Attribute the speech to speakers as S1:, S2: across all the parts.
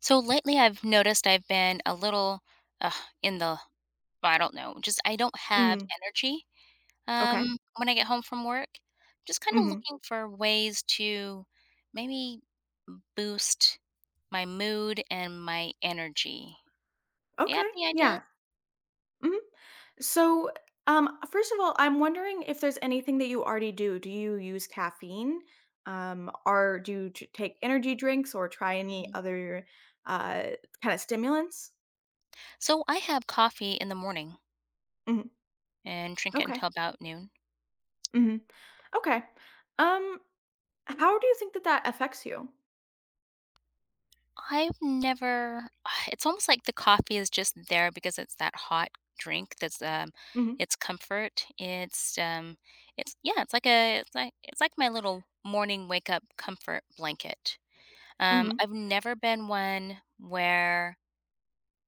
S1: So lately, I've noticed I've been a little uh, in the I don't know, just I don't have
S2: Mm,
S1: energy
S2: okay.
S1: when I get home from work. Just kind of
S2: Mhm.
S1: looking for ways to maybe boost my mood and my energy. Do you have
S2: Okay,
S1: any ideas?
S2: yeah. Mhm. So, first of all, I'm wondering if there's anything that you already do. Do you use caffeine? Or do you t take energy drinks or try any
S1: Mhm.
S2: other, uh, kinda stimulants?
S1: So I have coffee in the morning
S2: Mhm.
S1: and drink it
S2: Okay.
S1: until about noon.
S2: Mhm. Okay. Um, how do you think that affects you?
S1: I've never It's almost like the coffee is just there because it's that hot drink
S2: Mhm.
S1: it's comfort. It's yeah, it's like a it's like my little morning wake up comfort blanket.
S2: Mhm.
S1: I've never been one where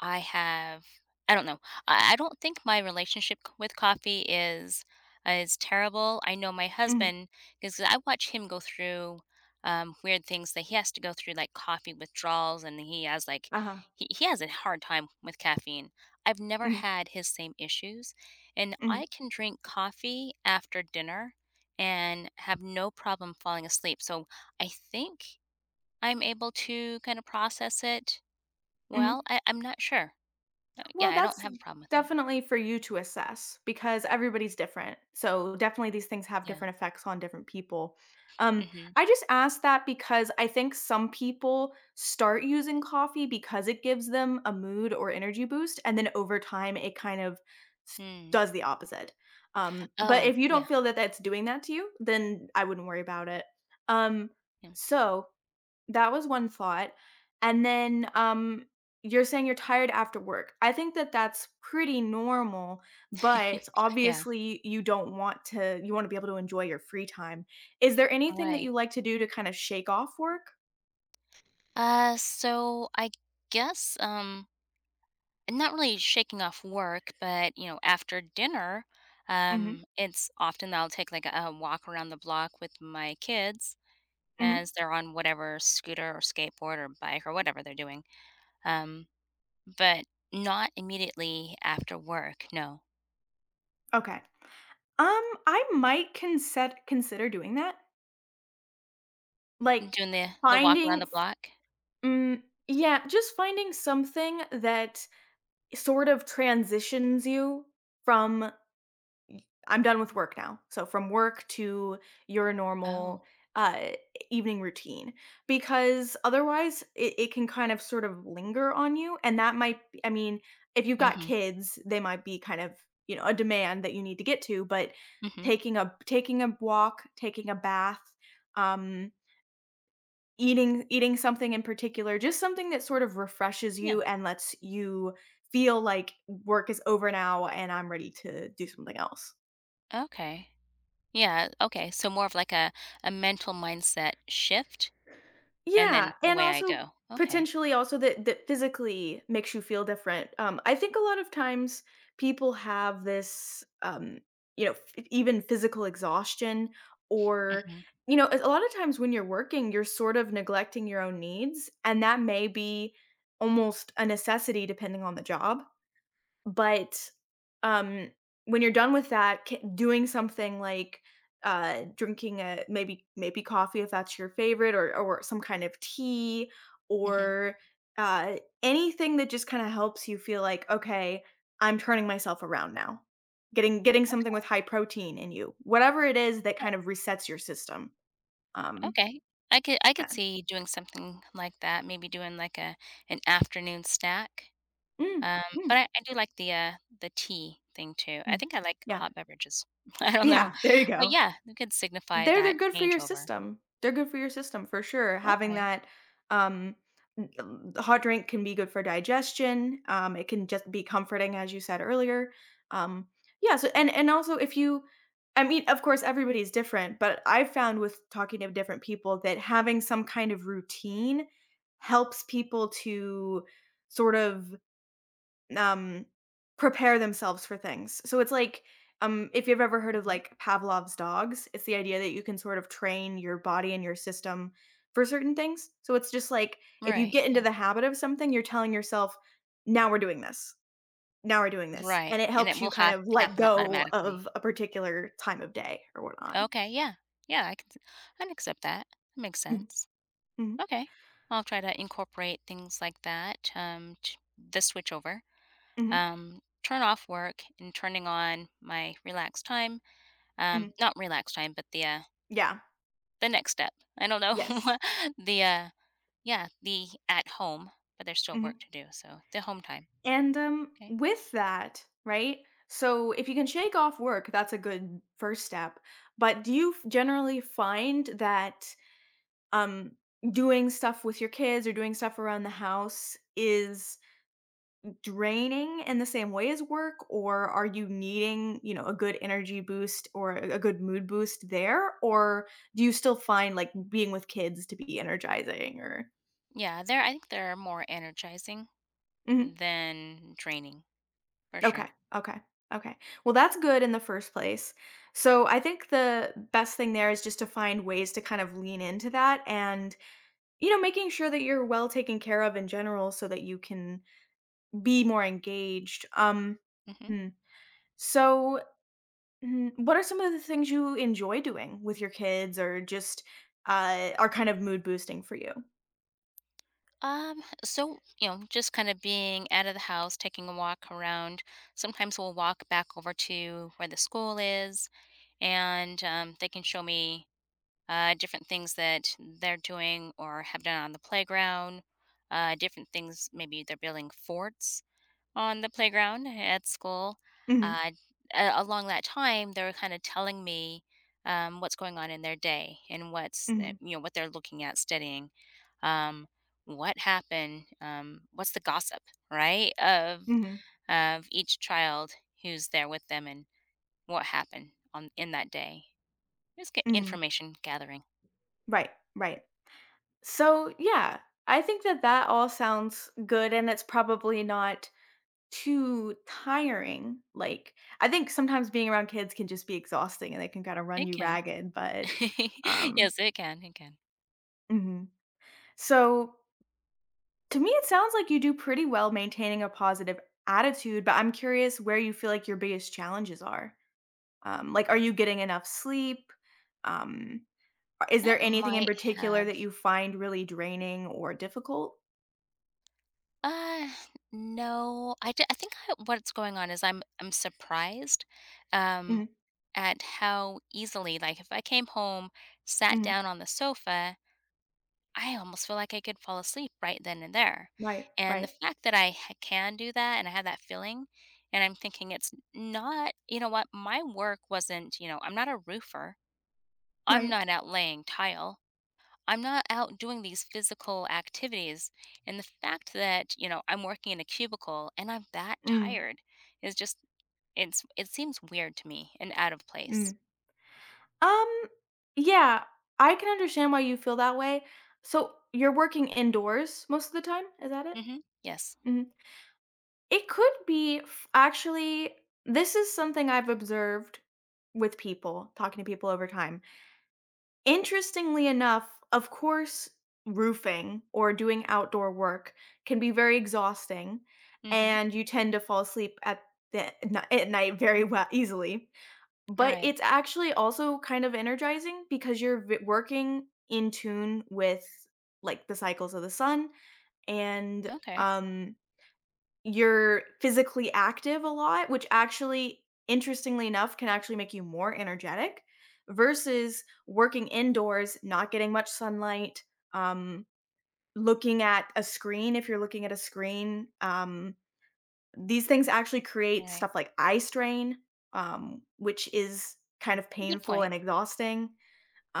S1: I have I don't know. I don't think my relationship c with coffee is is terrible. I know my
S2: Mhm.
S1: husband because I watch him go through, weird things that he has to go through, like, coffee withdrawals, and like,
S2: Uh-huh.
S1: he has a hard time with caffeine. I've never
S2: Mhm.
S1: had his same issues, and
S2: Mhm.
S1: I can drink coffee after dinner and have no problem falling asleep, so I think I'm able to kinda process it well.
S2: Mhm.
S1: I'm not sure. Yeah,
S2: Well,
S1: I don't
S2: that's
S1: have a problem with it.
S2: definitely for you to assess because everybody's different. So definitely these things have
S1: Yeah.
S2: different effects on different people. Um,
S1: Mhm.
S2: I just asked that because I think some people start using coffee because it gives them a mood or energy boost, and then over time it kind of s-
S1: Mm.
S2: does the opposite. But
S1: Oh,
S2: if you
S1: yeah,
S2: don't feel that that's doing that to you, then I wouldn't worry about it. Um,
S1: yeah.
S2: so that was one thought, and then, you're saying you're tired after work. I think that that's pretty normal, but
S1: Yeah,
S2: obviously you don't want to you wanna be able to enjoy your free time. Is there anything that you
S1: alright.
S2: like to do to kind of shake off work?
S1: So I guess, not really shaking off work, but, after dinner,
S2: Mhm,
S1: it's often that I'll take, like, a walk around the block with my kids
S2: mhm,
S1: as they're on whatever scooter or skateboard or bike or whatever they're doing, um, but not immediately after work, no.
S2: okay. I might consider doing that, like,
S1: Doing the walk around
S2: finding
S1: the
S2: f
S1: block?
S2: mm, yeah, just finding something that sort of transitions you from I'm done with work now. So from work to your
S1: Oh.
S2: normal uh evening routine because otherwise it can kind of sort of linger on you, and that might be, I mean, if you've got
S1: Mhm,
S2: kids they might be kind of, you know, a demand that you need to get to. But
S1: mhm.
S2: taking a walk, taking a bath, um, eating something in particular, just something that sort of refreshes
S1: Yeah.
S2: you and lets you feel like work is over now and I'm ready to do something else.
S1: Okay. Yeah, okay, so more of like a mental mindset shift, and
S2: Yeah,
S1: then
S2: and
S1: away I
S2: also
S1: go. Okay.
S2: potentially also that that physically makes you feel different. I think a lot of times people have this, you know, even physical exhaustion, or
S1: Mhm,
S2: you know, a lot of times when you're working, you're sort of neglecting your own needs, and that may be almost a necessity depending on the job. But, um, when you're done with that, c doing something like, drinking a maybe coffee if that's your favorite, or some kind of tea
S1: mhm.
S2: or, uh, anything that just kinda helps you feel like, "Okay, I'm turning myself around now." Getting something with high protein in you. Whatever it is that kind of resets your system.
S1: Yeah,
S2: Um,
S1: okay. I could
S2: yeah.
S1: see doing something like that, maybe doing like a an afternoon snack,
S2: Mm,
S1: um,
S2: mm,
S1: but I do like the tea thing too. I
S2: mm.
S1: think I like
S2: Yeah.
S1: hot beverages. I don't know,
S2: Yeah, there you
S1: but
S2: go.
S1: yeah, it could signify that
S2: They're good for your
S1: changeover.
S2: system. They're good for your system for sure. Having
S1: Okay.
S2: that, um, hot drink can be good for digestion. It can just be comforting, as you said earlier. Um, yeah. So and also if you, I mean, of course everybody's different, but I've found with talking to different people that having some kind of routine helps people to sort of um, prepare themselves for things. So it's like, if you've ever heard of
S1: Mhm.
S2: like Pavlov's dogs, it's the idea that you can sort of train your body and your system for certain things. So it's just like if you
S1: Right,
S2: get into
S1: yeah.
S2: the habit of something, you're telling yourself, now we're doing this. Now we're doing this.
S1: Right,
S2: And it
S1: and it
S2: helps
S1: will
S2: you kind
S1: hap
S2: of let
S1: happen
S2: go
S1: automatically.
S2: of a particular time of day or whatnot.
S1: Okay, yeah. Yeah, I can accept that. That makes
S2: Mhm,
S1: sense.
S2: mhm,
S1: Okay. I'll try to incorporate things like that, the switch over.
S2: mhm,
S1: Turn off work and turning on my relaxed time.
S2: mhm.
S1: Not relaxed time, but the uh,
S2: Yeah.
S1: the next step. I don't know
S2: Yes.
S1: the yeah, the at home, but there's still work
S2: Mhm.
S1: to do. So the home time.
S2: And
S1: Okay.
S2: with that, right? So if you can shake off work, that's a good first step. But do you generally find that um, doing stuff with your kids or doing stuff around the house is draining in the same way as work, or are you needing, you know, a good energy boost or a good mood boost there, or do you still find like being with kids to be energizing? Or
S1: Yeah, they're I think they're more energizing
S2: Mhm.
S1: than draining for
S2: Okay.
S1: sure.
S2: Okay. Okay. Well, that's good in the first place. So I think the best thing there is just to find ways to kind of lean into that and, you know, making sure that you're well taken care of in general so that you can be more engaged.
S1: hmm
S2: Hmm. So, mm, what are some of the things you enjoy doing with your kids or just are kind of mood boosting for you?
S1: so, just kind of being out of the house, taking a walk around. Sometimes we'll walk back over to where the school is, and they can show me different things that they're doing or have done on the playground. Different things, maybe they're building forts on the playground at school.
S2: Mhm,
S1: Uh, along that time, they're kind of telling me what's going on in their day and
S2: mhm,
S1: what they're looking at studying um, what happened, what's the gossip, right, of
S2: mhm,
S1: of each child who's there with them and what happened on in that day. Just get
S2: mhm.
S1: information gathering.
S2: Right, right. So, yeah, I think that that all sounds good, and it's probably not too tiring. Like, I think sometimes being around kids can just be exhausting and they can kinda run
S1: It
S2: you
S1: can.
S2: ragged, but, um
S1: Yes, it can. It can.
S2: Mhm. So, to me, it sounds like you do pretty well maintaining a positive attitude, but I'm curious where you feel like your biggest challenges are. Like, are you getting enough sleep? Um, a Is
S1: That
S2: there anything in
S1: might
S2: particular
S1: have.
S2: that you find really draining or difficult?
S1: Uh, no, I think what's going on is I'm surprised, um,
S2: Mhm,
S1: at how easily like if I came home, sat
S2: mhm.
S1: down on the sofa, I almost feel like I could fall asleep right then and there.
S2: Right,
S1: And the
S2: right,
S1: fact that I can do that and I have that feeling, and I'm thinking it's not, you know what, my work wasn't, I'm not a roofer, I'm
S2: right.
S1: not out laying tile. I'm not out doing these physical activities. And the fact that, I'm working in a cubicle and I'm that
S2: Mm,
S1: tired is just, it seems weird to me and out of place.
S2: mm. Um, yeah, I can understand why you feel that way. So you're working indoors most of the time, is that it?
S1: Mm hmm. Yes.
S2: Mhm. It could be actually, this is something I've observed with people, talking to people over time. Interestingly enough, of course, roofing or doing outdoor work can be very exhausting,
S1: Mm hmm.
S2: and you tend to fall asleep at the, at night very well easily.
S1: All
S2: But
S1: right.
S2: it's actually also kind of energizing because you're v working in tune with, like, the cycles of the sun and,
S1: Okay.
S2: um, you're physically active a lot, which actually, interestingly enough, can actually make you more energetic versus working indoors, not getting much sunlight, um, looking at a screen if you're looking at a screen, these things actually create
S1: Right.
S2: stuff like eye strain, which is kind of
S1: Good
S2: painful
S1: point.
S2: and exhausting,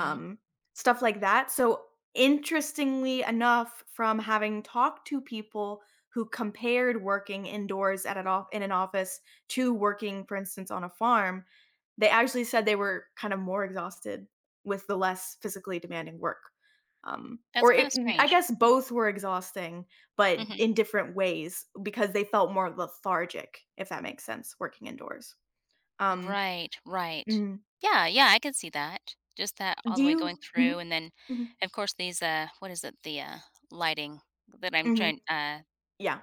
S1: Mm-hmm.
S2: stuff like that. So, interestingly enough, from having talked to people who compared working indoors at an in an office to working, for instance, on a farm, they actually said they were kind of more exhausted with the less physically demanding work.
S1: That's
S2: Or
S1: kinda
S2: it, I
S1: strange.
S2: guess
S1: Mm,
S2: both were exhausting, but
S1: mhm.
S2: in different ways because they felt more lethargic, if that makes sense, working indoors. Um,
S1: Right, right.
S2: mhm.
S1: Yeah, yeah, I could see that. Just that all
S2: Do
S1: the way going
S2: you?
S1: through,
S2: Mhm,
S1: and then,
S2: mhm,
S1: of course, these, what is it? The lighting that I'm
S2: mhm,
S1: trying
S2: yeah.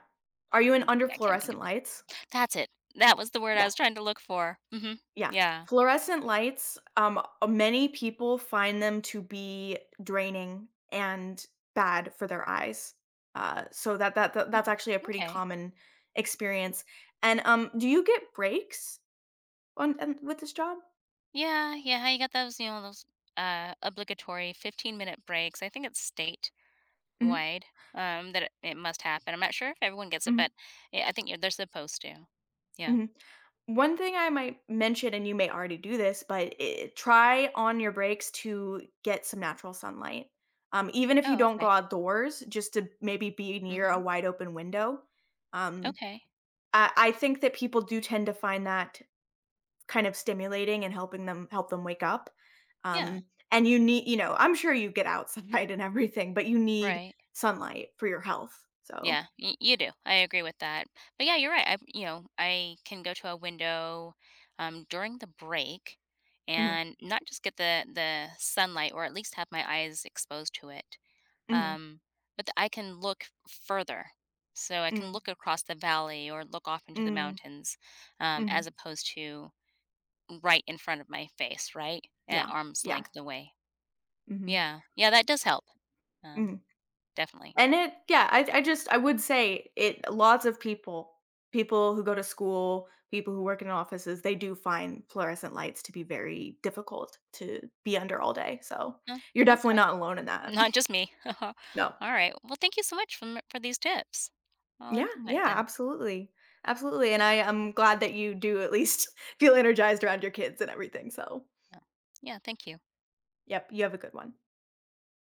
S2: Are you in under
S1: I can't think
S2: fluorescent
S1: of it.
S2: lights?
S1: That's it. That was the word I
S2: Yeah,
S1: was trying to look for. Mhm.
S2: yeah.
S1: Yeah.
S2: Fluorescent lights. Many people find them to be draining and bad for their eyes. So that's
S1: Mm.
S2: actually a pretty
S1: Okay.
S2: common experience. And do you get breaks? On and with this job?
S1: Yeah, yeah, how you got those, those, obligatory 15-minute breaks. I think it's
S2: Mhm,
S1: statewide, that it must happen. I'm not sure if everyone gets it,
S2: mhm,
S1: but, I think you're they're supposed to. Yeah.
S2: mhm. One thing I might mention, and you may already do this, but I try on your breaks to get some natural sunlight. Even if you
S1: Oh,
S2: don't go
S1: okay.
S2: outdoors, just to maybe be near a
S1: Mhm.
S2: wide open window. Um,
S1: Okay.
S2: I think that people do tend to find that kind of stimulating and help them wake up.
S1: Yeah.
S2: Um, and you need you know, I'm sure you get outside and everything, but you need
S1: Right.
S2: sunlight for your health, so
S1: Yeah, y you do. I agree with that. But yeah, you're right. I can go to a window, during the break
S2: Mhm,
S1: and not just get the sunlight or at least have my eyes exposed to it.
S2: mhm,
S1: Um, but th I can look further. So I can
S2: mm,
S1: look across the valley or look off into the
S2: mm.
S1: mountains, as
S2: Mhm.
S1: opposed to right in front of my face, right? At
S2: Yeah.
S1: arm's
S2: Yeah.
S1: length away.
S2: Mhm.
S1: Yeah. Yeah, that does help. Um
S2: Mhm.
S1: Definitely.
S2: And it yeah, I just I would say it lots of people who go to school, people who work in offices, they do find fluorescent lights to be very difficult to be under all day. So,
S1: Oh,
S2: you're definitely
S1: okay.
S2: not alone in that.
S1: Not just me.
S2: No.
S1: Alright. Well, thank you so much for these tips. I'll
S2: Yeah,
S1: implement
S2: yeah,
S1: them.
S2: absolutely. Absolutely, and I am glad that you do at least feel energized around your kids and everything, so,
S1: Yeah. Yeah, thank you.
S2: yep, you have a good one.